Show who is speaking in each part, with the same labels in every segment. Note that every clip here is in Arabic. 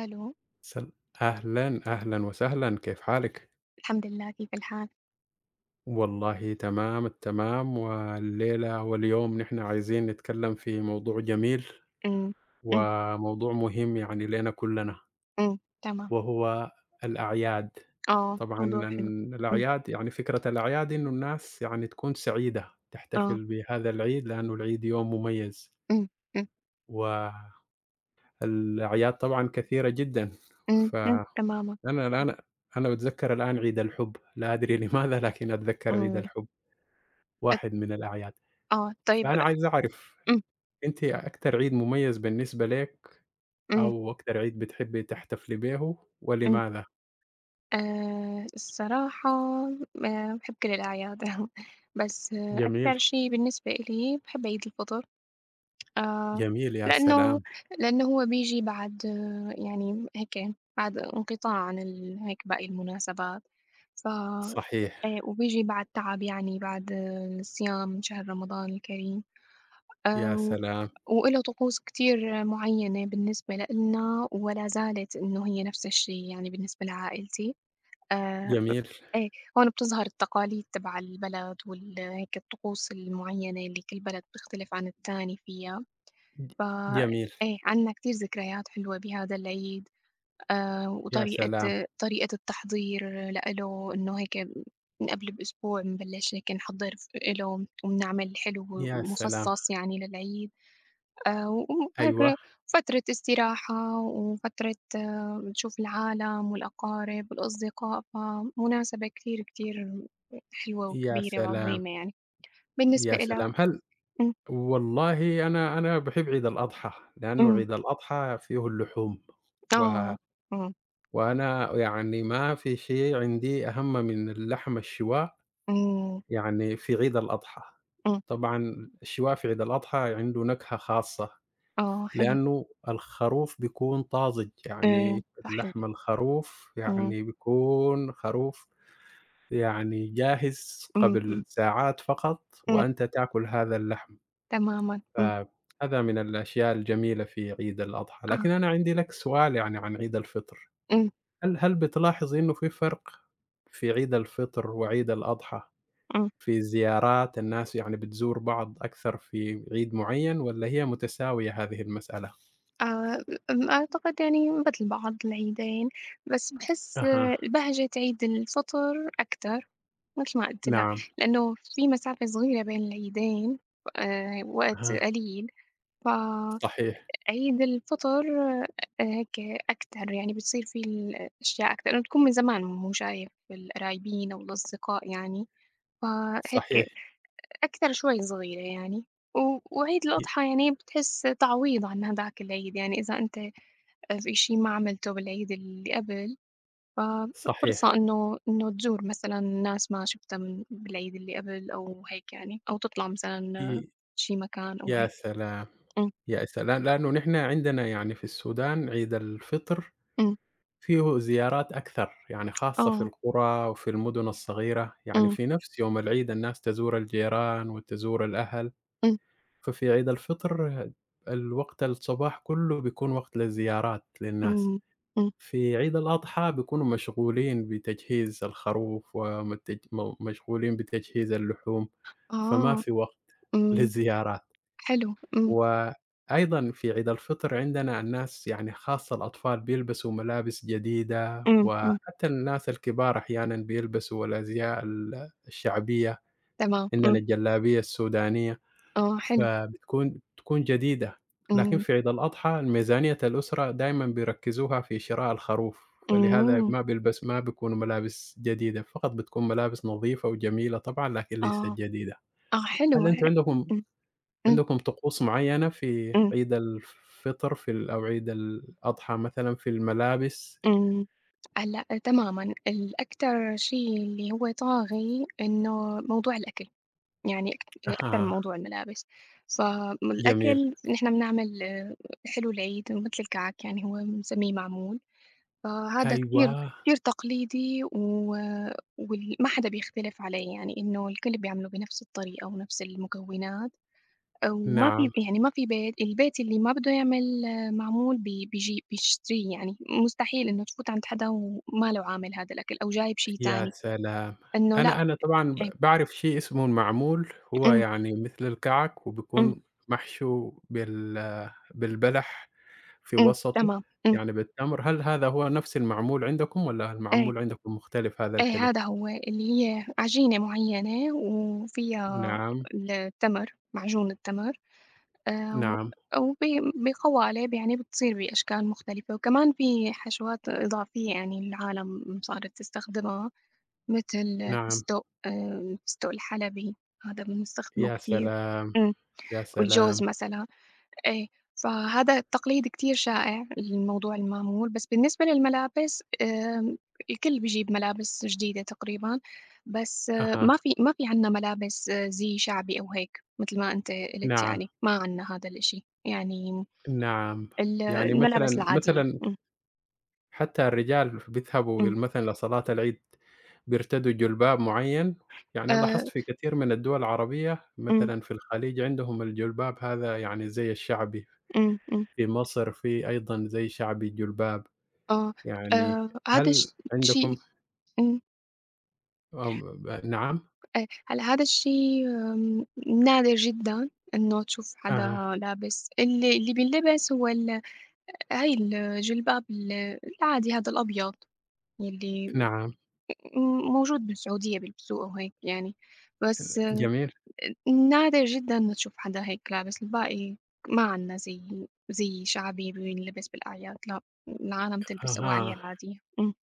Speaker 1: ألو،
Speaker 2: سل أهلًا، أهلًا وسهلًا كيف حالِك؟
Speaker 1: الحمد لله كيف الحال؟
Speaker 2: والله تمام التمام، والليلة واليوم نحن عايزين نتكلم في موضوع جميل،
Speaker 1: إمم، إمم،
Speaker 2: وموضوع مهم يعني لينا كلنا،
Speaker 1: إمم، تمام.
Speaker 2: وهو الأعياد. طبعًا
Speaker 1: موضوع حلو.
Speaker 2: ال
Speaker 1: إمم،
Speaker 2: الأعياد يعني فكرة الأعياد إنه الناس يعني تكون سعيدة،
Speaker 1: آه،
Speaker 2: تحتفل بهذا العيد لأنه العيد يوم مميز
Speaker 1: إمم، إمم،
Speaker 2: و الأعياد طبعًا كثيرة جدًا،
Speaker 1: إمم،
Speaker 2: ف
Speaker 1: إمم، تمامًا.
Speaker 2: أنا الآن أنا باتذكّر الآن عيد الحُب، لا أدري لماذا لكن أتذكّر عيد
Speaker 1: إمم،
Speaker 2: الحُب،
Speaker 1: أت
Speaker 2: واحد من الأعياد،
Speaker 1: آه، طيب.
Speaker 2: فأنا عايز أعرف
Speaker 1: إمم،
Speaker 2: أنتِ أكتر عيد مميز بالنسبة لِك
Speaker 1: إمم،
Speaker 2: أو أكتر عيد بتحبّي تحتفلي به
Speaker 1: إمم،
Speaker 2: ولماذا؟
Speaker 1: الصراحة باحب كل الأعياد بس
Speaker 2: جميل،
Speaker 1: أكتر شي بالنسبة إلي باحب عيد الفطر. آه،
Speaker 2: جميل يا
Speaker 1: لإنه
Speaker 2: سلام!
Speaker 1: لإنه هو بييجي بعد يعني هيك بعد انقطاع عن ال هيك باقي المناسبات، ف
Speaker 2: صحيح،
Speaker 1: إيه، وبييجي بعد تعب يعني بعد الصيام من شهر رمضان الكريم،
Speaker 2: يا
Speaker 1: و
Speaker 2: سلام!
Speaker 1: وإله طقوس كتير معيّنة بالنسبة لإلنا ولا زالت إنه هي نفس الشي يعني بالنسبة لعائلتي. آآ،
Speaker 2: جميل،
Speaker 1: إيه، هون بتظهر التقاليد تبع البلد وال هيك الطقوس المعيّنة اللي كل بلد بتختلف عن التاني فيها.
Speaker 2: ج
Speaker 1: ف
Speaker 2: جميل،
Speaker 1: إيه، عندنا كتير ذكريات حلوة بهذا العيد. آه،
Speaker 2: يا
Speaker 1: وطريقة
Speaker 2: سلام،
Speaker 1: طريقة التحضير لإله إنه هيك من قبل بأسبوع بنبلش هيك نحضر له وبنعمل حلو
Speaker 2: يا سلام!
Speaker 1: مخصص يعني للعيد.
Speaker 2: أيوه،
Speaker 1: وهيك فترة استراحة وفترة نشوف العالم والأقارب والأصدقاء فمناسبة كتير كتير حلوة
Speaker 2: يا
Speaker 1: وكبيرة
Speaker 2: سلام،
Speaker 1: وعظيمة يعني بالنسبة
Speaker 2: يا
Speaker 1: إلك.
Speaker 2: سلام!
Speaker 1: م-
Speaker 2: والله أنا باحب عيد الأضحى، لأنه
Speaker 1: م-
Speaker 2: عيد الأضحى فيه اللحوم، و
Speaker 1: آه م-
Speaker 2: وأنا يعني ما في شيء عندي أهم من اللحم الشِّواء
Speaker 1: م-
Speaker 2: يعني في عيد الأضحى.
Speaker 1: م.
Speaker 2: طبعًا الشِّواء في عيد الأضحى عنده نكهة خاصة،
Speaker 1: آه، حلو.
Speaker 2: لأنه الخروف بيكون طازج، يعني
Speaker 1: صحيح.
Speaker 2: لحم الخروف
Speaker 1: إمم،
Speaker 2: يعني بيكون خروف يعني جاهز
Speaker 1: إمم،
Speaker 2: قبل
Speaker 1: إمم،
Speaker 2: ساعات فقط
Speaker 1: إمم،
Speaker 2: وأنت تاكل هذا اللحم.
Speaker 1: تمامًا. إمم،
Speaker 2: فهذا من الأشياء الجميلة في عيد الأضحى،
Speaker 1: آه،
Speaker 2: لكن أنا عندي لك سؤال يعني عن عيد الفطر،
Speaker 1: إمم،
Speaker 2: هل بتلاحظ إنه في فرق في عيد الفطر وعيد الأضحى
Speaker 1: إمم،
Speaker 2: في زيارات الناس يعني بتزور بعض أكثر في عيد معين والّا هي متساوية هذه المسألة؟
Speaker 1: آآ م، أعتقد يعني مثل بعض العيدين، بس باحس
Speaker 2: أها.
Speaker 1: بهجة عيد الفطر أكتر، مثل ما قُلت لك،
Speaker 2: نعم،
Speaker 1: لإنه في مسافة صغيرة بين العيدين. وقت
Speaker 2: أها.
Speaker 1: قليل. فعيد
Speaker 2: صحيح،
Speaker 1: الفطر هيك أكتر، يعني بتصير فيه الأشياء أكتر، لإنه بتكون من زمان مو شايف القرايبين أو الأصدقاء يعني، فهيك
Speaker 2: صحيح،
Speaker 1: أكثر شوي صغيرة يعني. وعيد
Speaker 2: ي
Speaker 1: الأضحى يعني بتحس تعويض عن هداك العيد، يعني إذا أنت في شي ما عملته بالعيد اللي قبل،
Speaker 2: صحيح،
Speaker 1: ففرصة إنه تزور مثلًا ناس ما شُفتها من بالعيد اللي قبل أو هيك يعني، أو تطلع مثلًا
Speaker 2: ي
Speaker 1: شي مكان أو
Speaker 2: يا
Speaker 1: هيك.
Speaker 2: سلام،
Speaker 1: إمم،
Speaker 2: يا سلام! لأنه نحن عندنا يعني في السودان عيد الفطر
Speaker 1: إمم،
Speaker 2: فيه زيارات أكثر، يعني خاصة في
Speaker 1: آه،
Speaker 2: القرى وفي المدن الصغيرة، يعني
Speaker 1: إمم،
Speaker 2: في نفس يوم العيد الناس تزور الجيران وتزور الأهل،
Speaker 1: إمم،
Speaker 2: ففي عيد الفطر الوقت الصباح كله بيكون وقت للزيارات للناس،
Speaker 1: إمم، إمم،
Speaker 2: في عيد الأضحى بيكونوا مشغولين بتجهيز الخروف ومتج م مشغولين بتجهيز اللحوم، فما
Speaker 1: آه،
Speaker 2: في وقت
Speaker 1: إمم،
Speaker 2: للزيارات.
Speaker 1: حلو، إمم،
Speaker 2: وأيضًا في عيد الفطر عندنا الناس يعني خاصة الأطفال بيلبسوا ملابس جديدة،
Speaker 1: إمم، إمم،
Speaker 2: وحتى الناس الكبار أحيانًا بيلبسوا الأزياء الشعبية،
Speaker 1: تمام، إمم،
Speaker 2: عندنا الجلابية السودانية،
Speaker 1: آه، حلو،
Speaker 2: فبتكون جديدة، لكن
Speaker 1: إمم،
Speaker 2: في عيد الأضحى ميزانية الأسرة دايمًا بيركّزوها في شراء الخروف، فلهذا
Speaker 1: إمم،
Speaker 2: ما بيكونوا ملابس جديدة، فقط بتكون ملابس نظيفة وجميلة طبعًا لكن ليست
Speaker 1: آه،
Speaker 2: جديدة.
Speaker 1: آه، حلو،
Speaker 2: هل أنتم عندكم
Speaker 1: إمم، إمم،
Speaker 2: طقوس معيّنة في
Speaker 1: إمم.
Speaker 2: عيد الفطر في أو عيد الأضحى مثلًا في الملابس؟
Speaker 1: إمم. هلأ تمامًا. الأكتر شيء اللي هو طاغي إنه موضوع الأكل، يعني أكتر من
Speaker 2: أها،
Speaker 1: موضوع الملابس.
Speaker 2: جميل.
Speaker 1: فالأكل نحن بنعمل حلو العيد مثل الكعك، يعني هو بنسميه معمول، فهذا كتير
Speaker 2: أيوه،
Speaker 1: كتير تقليدي وال ما حدا بيختلف عليه، يعني إنه الكل بيعمله بنفس الطريقة ونفس المكونات. وما في
Speaker 2: نعم،
Speaker 1: يعني ما في بيت، البيت اللي ما بده يعمل معمول بي بيجي بيشتريه يعني، مستحيل إنه تفوت عند حدا وما له عامل هذا الأكل أو جايب شي
Speaker 2: يا
Speaker 1: تاني،
Speaker 2: سلام!
Speaker 1: إنه لأ.
Speaker 2: أنا طبعًا
Speaker 1: إيه،
Speaker 2: باعرف شيء اسمه المعمول، هو
Speaker 1: إمم،
Speaker 2: يعني مثل الكعك
Speaker 1: إمم،
Speaker 2: وبيكون محشو بالبلح في
Speaker 1: إمم،
Speaker 2: وسطه،
Speaker 1: تمام، إمم،
Speaker 2: يعني بالتمر. هل هذا هو نفس المعمول عندكم والّا
Speaker 1: إيه،
Speaker 2: المعمول عندكم مختلف هذا
Speaker 1: إيه
Speaker 2: الحلو؟
Speaker 1: هذا هو، اللي هي عجينة معيّنة وفيها
Speaker 2: نعم،
Speaker 1: التمر، معجون التمر. و
Speaker 2: نعم،
Speaker 1: وبي بقوالب يعني بتصير بأشكال مختلفة، وكمان في حشوات إضافية يعني العالم صارت تستخدمها، مثل
Speaker 2: نعم.
Speaker 1: فستق فستق الحلبي، هذا بنستخدمه
Speaker 2: يا
Speaker 1: كتير.
Speaker 2: سلام!
Speaker 1: إمم.
Speaker 2: يا
Speaker 1: والجوز
Speaker 2: سلام!
Speaker 1: مثلًا. إيه، فهذا التقليد كتير شائع، الموضوع المعمول. بس بالنسبة للملابس الكل بيجيب ملابس جديدة تقريبًا، بس
Speaker 2: أها.
Speaker 1: ما في عندنا ملابس زي شعبي أو هيك متل ما أنت قُلت
Speaker 2: نعم،
Speaker 1: يعني، ما عندنا هذا الإشي، يعني
Speaker 2: نعم.
Speaker 1: ال
Speaker 2: يعني
Speaker 1: الملابس
Speaker 2: مثلًا
Speaker 1: العادية.
Speaker 2: مثلًا حتى الرجال بيذهبوا
Speaker 1: إمم.
Speaker 2: مثلًا لصلاة العيد بيرتدوا جلباب معيّن، يعني أنا
Speaker 1: آآ
Speaker 2: لاحظت في كثير من الدول العربية
Speaker 1: إمم،
Speaker 2: مثلًا في الخليج عندهم الجلباب هذا يعني زي الشعبي،
Speaker 1: إمم.
Speaker 2: في مصر في أيضًا زي شعبي الجلباب،
Speaker 1: آه،
Speaker 2: يعني
Speaker 1: هذا الش
Speaker 2: هل عندكم
Speaker 1: شيء. إمم.
Speaker 2: آمم نعم؟
Speaker 1: هلّا هذا الشي نادر جدًا إنه تشوف حدا
Speaker 2: أها،
Speaker 1: لابس، اللي بينلبس هو ال هي الجلباب ال العادي هذا الأبيض يلّي
Speaker 2: نعم،
Speaker 1: م موجود بالسعودية بيلبسوه وهيك يعني، بس
Speaker 2: جميل.
Speaker 1: نادر جدًا ما تشوف حدا هيك لابس، الباقي ما عندنا زي شعبي بينلبس بالأعياد لأ، العالم تلبس أواعيها
Speaker 2: أها،
Speaker 1: العادية. إمم،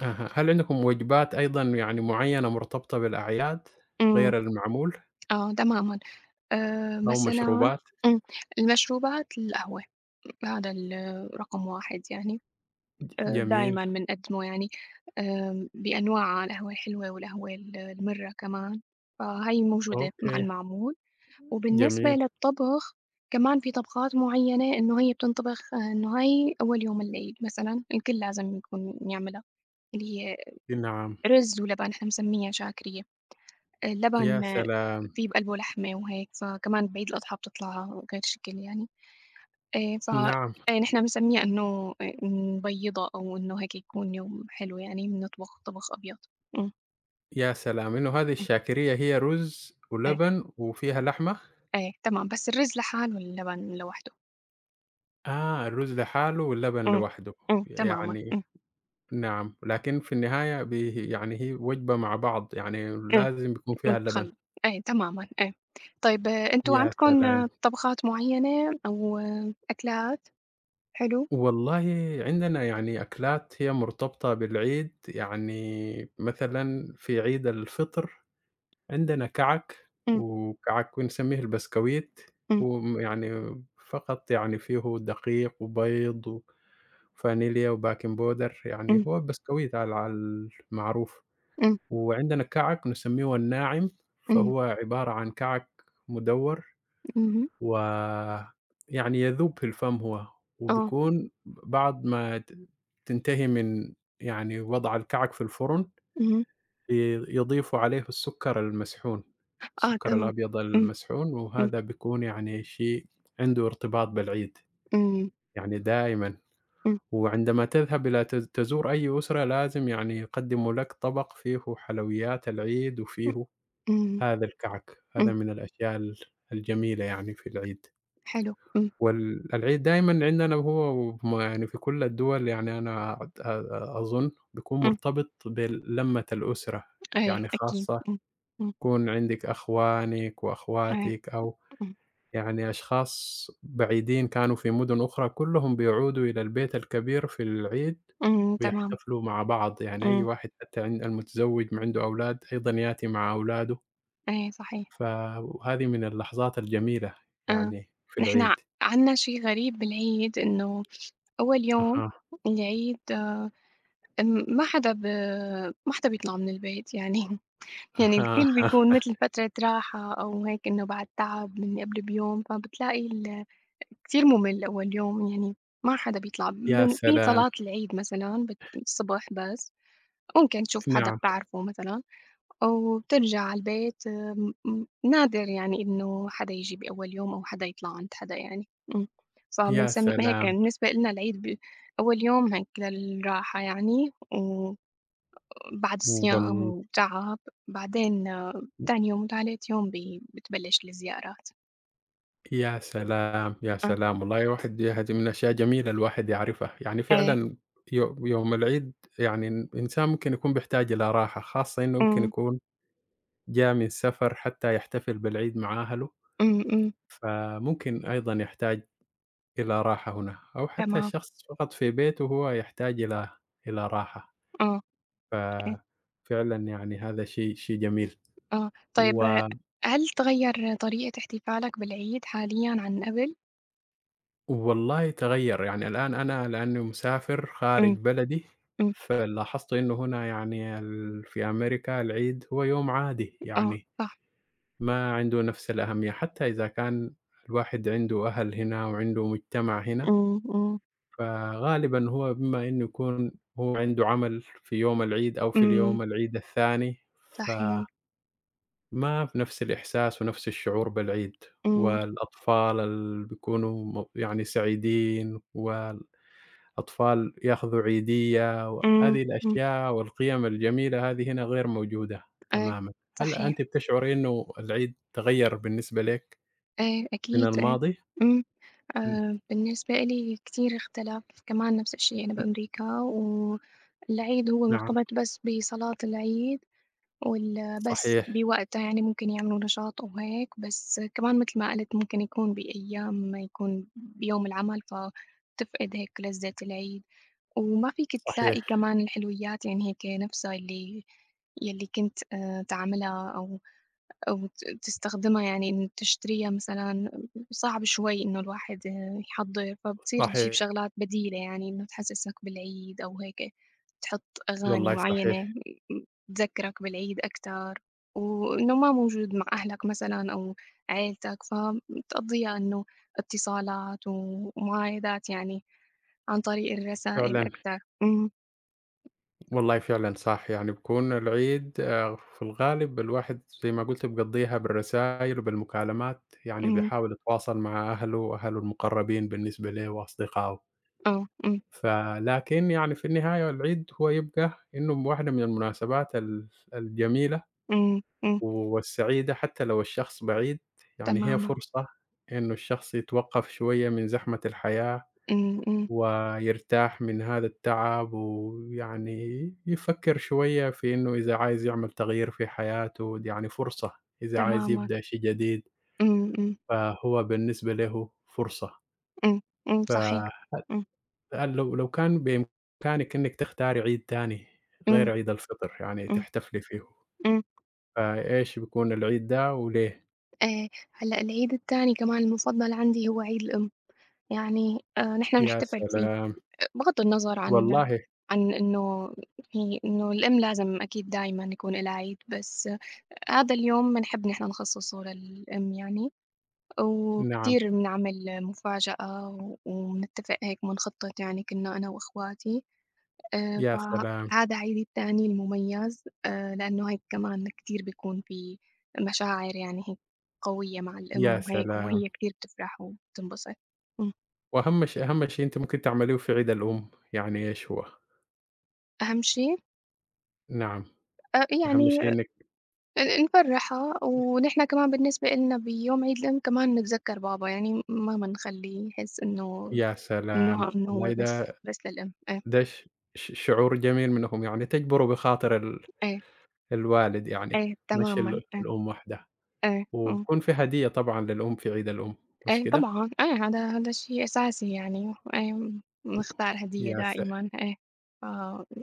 Speaker 2: أها. هل عندكم وجبات أيضًا يعني معيّنة مرتبطة بالأعياد
Speaker 1: إمم،
Speaker 2: غير المعمول
Speaker 1: آه تمامًا.
Speaker 2: أو
Speaker 1: مثلًا
Speaker 2: مشروبات؟
Speaker 1: إمم، المشروبات القهوة، هذا ال رقم 1 يعني،
Speaker 2: جميل،
Speaker 1: دايمًا بنقدّمه يعني، بأنواعها القهوة الحلوة والقهوة ال المرّة كمان، فهي موجودة مع
Speaker 2: أوكي،
Speaker 1: المعمول. وبالنسبة
Speaker 2: جميل،
Speaker 1: للطبخ كمان في طبخات معيّنة إنه هي بتنطبخ إنه هي أول يوم العيد مثلًا، الكل لازم يكون يعملها، اللي هي
Speaker 2: نعم،
Speaker 1: رز ولبن، إحنا بنسميها شاكرية.
Speaker 2: يا
Speaker 1: اللبن
Speaker 2: سلام!
Speaker 1: في بقلبه لحمة وهيك، فكمان بعيد الأضحى بتطلع غير شكل يعني. ف
Speaker 2: نعم،
Speaker 1: نحن بنسميه إنه بيّضة أو إنه هيك يكون يوم حلو يعني بنطبخ طبخ أبيض. إمم،
Speaker 2: يا سلام! إنه هذه
Speaker 1: إمم،
Speaker 2: الشاكرية هي رز
Speaker 1: إيه،
Speaker 2: ولبن وفيها لحمة؟
Speaker 1: إيه، تمام، بس الرز لحاله واللبن لوحده.
Speaker 2: آه، الرز لحاله واللبن
Speaker 1: إمم،
Speaker 2: لوحده،
Speaker 1: إمم، تمامًا،
Speaker 2: يعني
Speaker 1: إمم،
Speaker 2: نعم، لكن في النهاية به يعني هي وجبة مع بعض، يعني
Speaker 1: إمم،
Speaker 2: لازم يكون فيها اللبن.
Speaker 1: متخل إيه تمامًا، إيه. طيب أنتم
Speaker 2: يا
Speaker 1: عندكم
Speaker 2: سلام!
Speaker 1: طبخات معيّنة أو أكلات؟ حلو،
Speaker 2: والله عندنا يعني أكلات هي مرتبطة بالعيد، يعني مثلًا في عيد الفطر عندنا كعك،
Speaker 1: إمم،
Speaker 2: وكعك بنسميه البسكويت،
Speaker 1: إمم،
Speaker 2: ويعني فقط يعني فيه دقيق وبيض وفانيليا وباكنج باودر، يعني
Speaker 1: إمم،
Speaker 2: هو البسكويت على على المعروف.
Speaker 1: إمم،
Speaker 2: وعندنا كعك نسميه الناعم،
Speaker 1: إمم،
Speaker 2: فهو عبارة عن كعك مدوّر
Speaker 1: اهم،
Speaker 2: ويعني يذوب في الفم هو،
Speaker 1: آه،
Speaker 2: وبيكون بعد ما ت تنتهي من يعني وضع الكعك في الفرن،
Speaker 1: اهم.
Speaker 2: ي يضيفوا عليه السكر المسحون.
Speaker 1: آه
Speaker 2: السكر
Speaker 1: تمام.
Speaker 2: الأبيض
Speaker 1: إمم،
Speaker 2: المسحون،
Speaker 1: إمم،
Speaker 2: وهذا بيكون يعني شيء عنده ارتباط بالعيد،
Speaker 1: إمم،
Speaker 2: يعني دائمًا، وعندما تذهب إلى تزور أي أسرة لازم يعني يقدّموا لك طبق فيه حلويات العيد
Speaker 1: إمم،
Speaker 2: وفيه
Speaker 1: إمم،
Speaker 2: هذا الكعك، هذا
Speaker 1: إمم،
Speaker 2: من الأشياء الجميلة يعني في العيد،
Speaker 1: حلو، إمم،
Speaker 2: والالعيد دائمًا عندنا هو يعني في كل الدول يعني أنا أ أ أظن بيكون
Speaker 1: إمم،
Speaker 2: مرتبط بلمة الأسرة،
Speaker 1: أيوه
Speaker 2: يعني
Speaker 1: أكيد.
Speaker 2: خاصة
Speaker 1: إمم، إمم،
Speaker 2: يكون عندِك أخوانِك
Speaker 1: أيوه.
Speaker 2: وأخواتِك أو
Speaker 1: إمم،
Speaker 2: يعني أشخاص بعيدين كانوا في مدن أخرى كلّهم بيعودوا إلى البيت الكبير في العيد
Speaker 1: إمم، تمام،
Speaker 2: ويحتفلوا مع بعض، يعني أي
Speaker 1: إمم،
Speaker 2: واحد حتى عن المتزوج ما عنده أولاد أيضًا يأتي مع أولاده،
Speaker 1: أيوه صحيح.
Speaker 2: فهذه من اللحظات الجميلة
Speaker 1: آه،
Speaker 2: يعني في
Speaker 1: نحن ع
Speaker 2: العيد.
Speaker 1: عندنا شي غريب بالعيد، إنه أول يوم
Speaker 2: أها،
Speaker 1: العيد م ما حدا ب ما حدا بيطلع من البيت يعني يعني
Speaker 2: أها،
Speaker 1: الكل بيكون
Speaker 2: أها،
Speaker 1: متل فترة راحة أو هيك إنه بعد تعب من قبل بيوم، فبتلاقي ال كتير مُمِل أول يوم، يعني ما حدا بيطلع
Speaker 2: يا
Speaker 1: من في
Speaker 2: سلام!
Speaker 1: صلاة العيد مثلًا بت الصبح بس، ممكن تشوف حدا
Speaker 2: نعم،
Speaker 1: بتعرفه مثلًا، وبترجع عالبيت. م م نادر يعني إنه حدا ييجي بأول يوم أو حدا يطلع عند حدا يعني. إمم،
Speaker 2: يا
Speaker 1: فبنسم هيك
Speaker 2: سلام!
Speaker 1: بالنسبة إلنا العيد ب أول يوم هيك للراحة يعني، وبعد الصيام
Speaker 2: وال
Speaker 1: وتعب، بعدين تاني يوم وتالت يوم بي بتبلش الزيارات.
Speaker 2: يا سلام، يا
Speaker 1: آه،
Speaker 2: سلام! والله واحد دي هذه من الأشياء جميلة الواحد يعرفها، يعني
Speaker 1: إيه،
Speaker 2: فعلًا يوم العيد يعني الإنسان ممكن يكون بيحتاج إلى راحة، خاصة إنه ممكن
Speaker 1: إمم،
Speaker 2: يكون جا من سفر حتى يحتفل بالعيد مع أهله،
Speaker 1: إمم، إمم،
Speaker 2: فممكن أيضًا يحتاج إلى راحة هنا، أو حتى
Speaker 1: تمام،
Speaker 2: الشخص فقط في بيته هو يحتاج إلى إلى راحة،
Speaker 1: آه، إيه.
Speaker 2: ففعلًا يعني هذا شيء جميل
Speaker 1: آه، طيب
Speaker 2: و
Speaker 1: آه، هل تغيّر طريقة احتفالك بالعيد حاليًا عن قبل؟
Speaker 2: والله تغيّر، يعني الآن أنا لإنّي مسافر خارج
Speaker 1: إمم،
Speaker 2: بلدي،
Speaker 1: إمم.
Speaker 2: فلاحظت إنه هنا يعني في أمريكا العيد هو يوم عادي،
Speaker 1: آه،
Speaker 2: يعني
Speaker 1: صح.
Speaker 2: ما عنده نفس الأهمية، حتى إذا كان الواحد عنده أهل هنا وعنده مجتمع هنا،
Speaker 1: إمم، إمم.
Speaker 2: فغالبًا هو بما إنه يكون هو عنده عمل في يوم العيد أو في
Speaker 1: إمم،
Speaker 2: اليوم العيد الثاني، فما
Speaker 1: صحيح.
Speaker 2: بنفس الإحساس ونفس الشعور بالعيد،
Speaker 1: إمم،
Speaker 2: والأطفال بيكونوا يعني سعيدين أطفال ياخذوا عيدية
Speaker 1: إمم،
Speaker 2: وهذه
Speaker 1: إمم.
Speaker 2: الأشياء والقيم الجميلة هذه هنا غير موجودة
Speaker 1: إيه،
Speaker 2: تمامًا. هل أنتِ
Speaker 1: صحيح.
Speaker 2: بتشعري إنه العيد تغيّر بالنسبة لِك
Speaker 1: إيه،
Speaker 2: من
Speaker 1: أكيد إيه.
Speaker 2: الماضي؟
Speaker 1: إمم.
Speaker 2: ن
Speaker 1: بالنسبة إلي كتير اختلف، كمان نفس الشيء أنا بأمريكا والعيد هو
Speaker 2: نعم،
Speaker 1: مرتبط بس بصلاة العيد. وال بس
Speaker 2: صحيح،
Speaker 1: بوقتها يعني ممكن يعملوا نشاط وهيك، بس كمان متل ما قُلت ممكن يكون بأيام ما يكون بيوم العمل، فبتفقد هيك لذّة العيد، وما فيك تلاقي
Speaker 2: صحيح،
Speaker 1: كمان الحلويات يعني هيك نفسها اللي يلّي كنت تعملها أو تستخدمها يعني إن تشتريها مثلًا صعب شوي إنه الواحد يحضّر، فبتصير تجيب
Speaker 2: صحيح،
Speaker 1: شغلات بديلة يعني إنه تحسّسك بالعيد أو هيك، تحط أغاني
Speaker 2: والله
Speaker 1: معيّنة
Speaker 2: صحيح،
Speaker 1: م م تذكّرك بالعيد أكتر، وإنه ما موجود مع أهلك مثلًا أو عيلتك، فبتقضّيها إنه اتصالات ومعايدات يعني عن طريق الرسائل
Speaker 2: فعلًا،
Speaker 1: أكتر. إمم،
Speaker 2: والله فعلًا صح، يعني بيكون العيد في الغالب الواحد زي ما قُلتِ بيقضّيها بالرسايل وبالمكالمات، يعني
Speaker 1: إمم،
Speaker 2: بيحاول يتواصل مع أهله وأهله المقرّبين بالنسبة له وأصدقائه.
Speaker 1: آه، إمم،
Speaker 2: فلكن يعني في النهاية العيد هو يبقى إنه واحدة من المناسبات الجميلة
Speaker 1: إمم، إمم،
Speaker 2: والسعيدة حتى لو الشخص بعيد، يعني هي
Speaker 1: تمامًا،
Speaker 2: فرصة إنه الشخص يتوقّف شوية من زحمة الحياة
Speaker 1: إمم، إمم،
Speaker 2: ويرتاح من هذا التعب، ويعني يفكّر شوية في إنه إذا عايز يعمل تغيير في حياته، دي يعني فرصة، إذا عايز
Speaker 1: تمامًا،
Speaker 2: يبدأ شيء جديد
Speaker 1: إمم، إمم.
Speaker 2: فهو بالنسبة له فرصة.
Speaker 1: إمم، إمم،
Speaker 2: ف
Speaker 1: صحيح. إمم،
Speaker 2: قال لو كان بإمكانِك إنِّك تختاري عيد تاني
Speaker 1: إمم،
Speaker 2: غير عيد الفطر يعني
Speaker 1: إمم،
Speaker 2: تحتفلي فيه،
Speaker 1: إمم.
Speaker 2: فإيش بيكون العيد ده وليه؟
Speaker 1: آآ هلأ العيد التاني كمان المفضّل عندي هو عيد الأم، يعني نحن
Speaker 2: يا
Speaker 1: بنحتفل فيه
Speaker 2: سلام!
Speaker 1: بغض النظر عن
Speaker 2: والله
Speaker 1: عن إنه هي إنه الأم لازم أكيد دايمًا يكون إلها عيد، بس هذا اليوم بنحب نحن نخصّصه للأم يعني،
Speaker 2: نعم،
Speaker 1: وكتير بنعمل مفاجأة وبنتّفق هيك بنخطّط يعني كُنّا أنا وإخواتي.
Speaker 2: يا سلام!
Speaker 1: فهذا عيدي التاني المميز، لإنه هيك كمان كتير بيكون في مشاعر يعني هيك قوية مع الأم
Speaker 2: يا
Speaker 1: وهيك،
Speaker 2: سلام!
Speaker 1: وهي كتير بتفرح وبتنبسط. إمم.
Speaker 2: وأهم شي أهم شي أنتِ ممكن تعمليه في عيد الأم، يعني إيش هو؟
Speaker 1: أهم شي
Speaker 2: نعم، أهم شي
Speaker 1: يعني
Speaker 2: إنِّك
Speaker 1: نفرّحها، ونحن كمان بالنسبة إلنا بيوم عيد الأم كمان نتذكّر بابا، يعني ما بنخلّيه يحس إنه
Speaker 2: يا سلام!
Speaker 1: إنه هو
Speaker 2: والله
Speaker 1: بس
Speaker 2: ده
Speaker 1: بس للأم.
Speaker 2: ده ش ش شعور جميل منهم، يعني تجبروا بخاطر
Speaker 1: إيه،
Speaker 2: الوالد يعني،
Speaker 1: إيه
Speaker 2: مش
Speaker 1: تمامًا. إيه،
Speaker 2: الأم وحدها،
Speaker 1: إيه، إمم.
Speaker 2: وبيكون في هدية طبعًا للأم في عيد الأم، مش كده؟
Speaker 1: طبعًا، آه، هذا هذا شيء أساسي يعني، نختار هدية
Speaker 2: يا س
Speaker 1: دائمًا. إيه،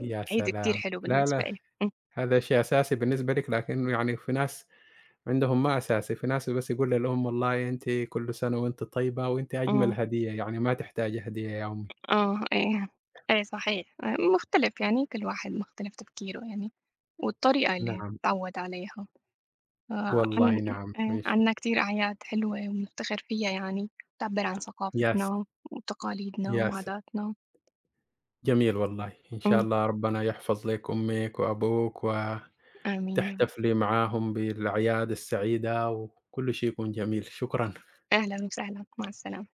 Speaker 2: يا
Speaker 1: كتير
Speaker 2: سلام!
Speaker 1: حلو
Speaker 2: لا،
Speaker 1: بالنسبة
Speaker 2: لا،
Speaker 1: لي. إمم،
Speaker 2: هذا شيء أساسي بالنسبة لِك، لكن يعني في ناس عندهم ما أساسي، في ناس بس يقولوا لهم والله أنتِ كل سنة وأنتِ طيبة وأنتِ أجمل
Speaker 1: إمم،
Speaker 2: هدية، يعني ما تحتاجي هدية يا أمي.
Speaker 1: آه، إيه، إيه صحيح. مختلف يعني كل واحد مختلف تفكيره يعني، والطريقة اللي
Speaker 2: نعم،
Speaker 1: اتعوّد عليها.
Speaker 2: والله
Speaker 1: عن
Speaker 2: نعم،
Speaker 1: إيه،
Speaker 2: ماشي.
Speaker 1: عندنا كتير أعياد حلوة وبنفتخر فيها يعني، بتعبّر عن
Speaker 2: يا س
Speaker 1: ثقافتنا وتقاليدنا
Speaker 2: يا س
Speaker 1: وعاداتنا.
Speaker 2: جميل والله، إن شاء
Speaker 1: إمم،
Speaker 2: الله ربنا يحفظ لِك أمِك وأبوك
Speaker 1: آمين يا رب.
Speaker 2: وتحتفلي معاهم بالأعياد السعيدة وكل شيء يكون جميل، شكرًا.
Speaker 1: أهلًا وسهلًا، مع السلامة.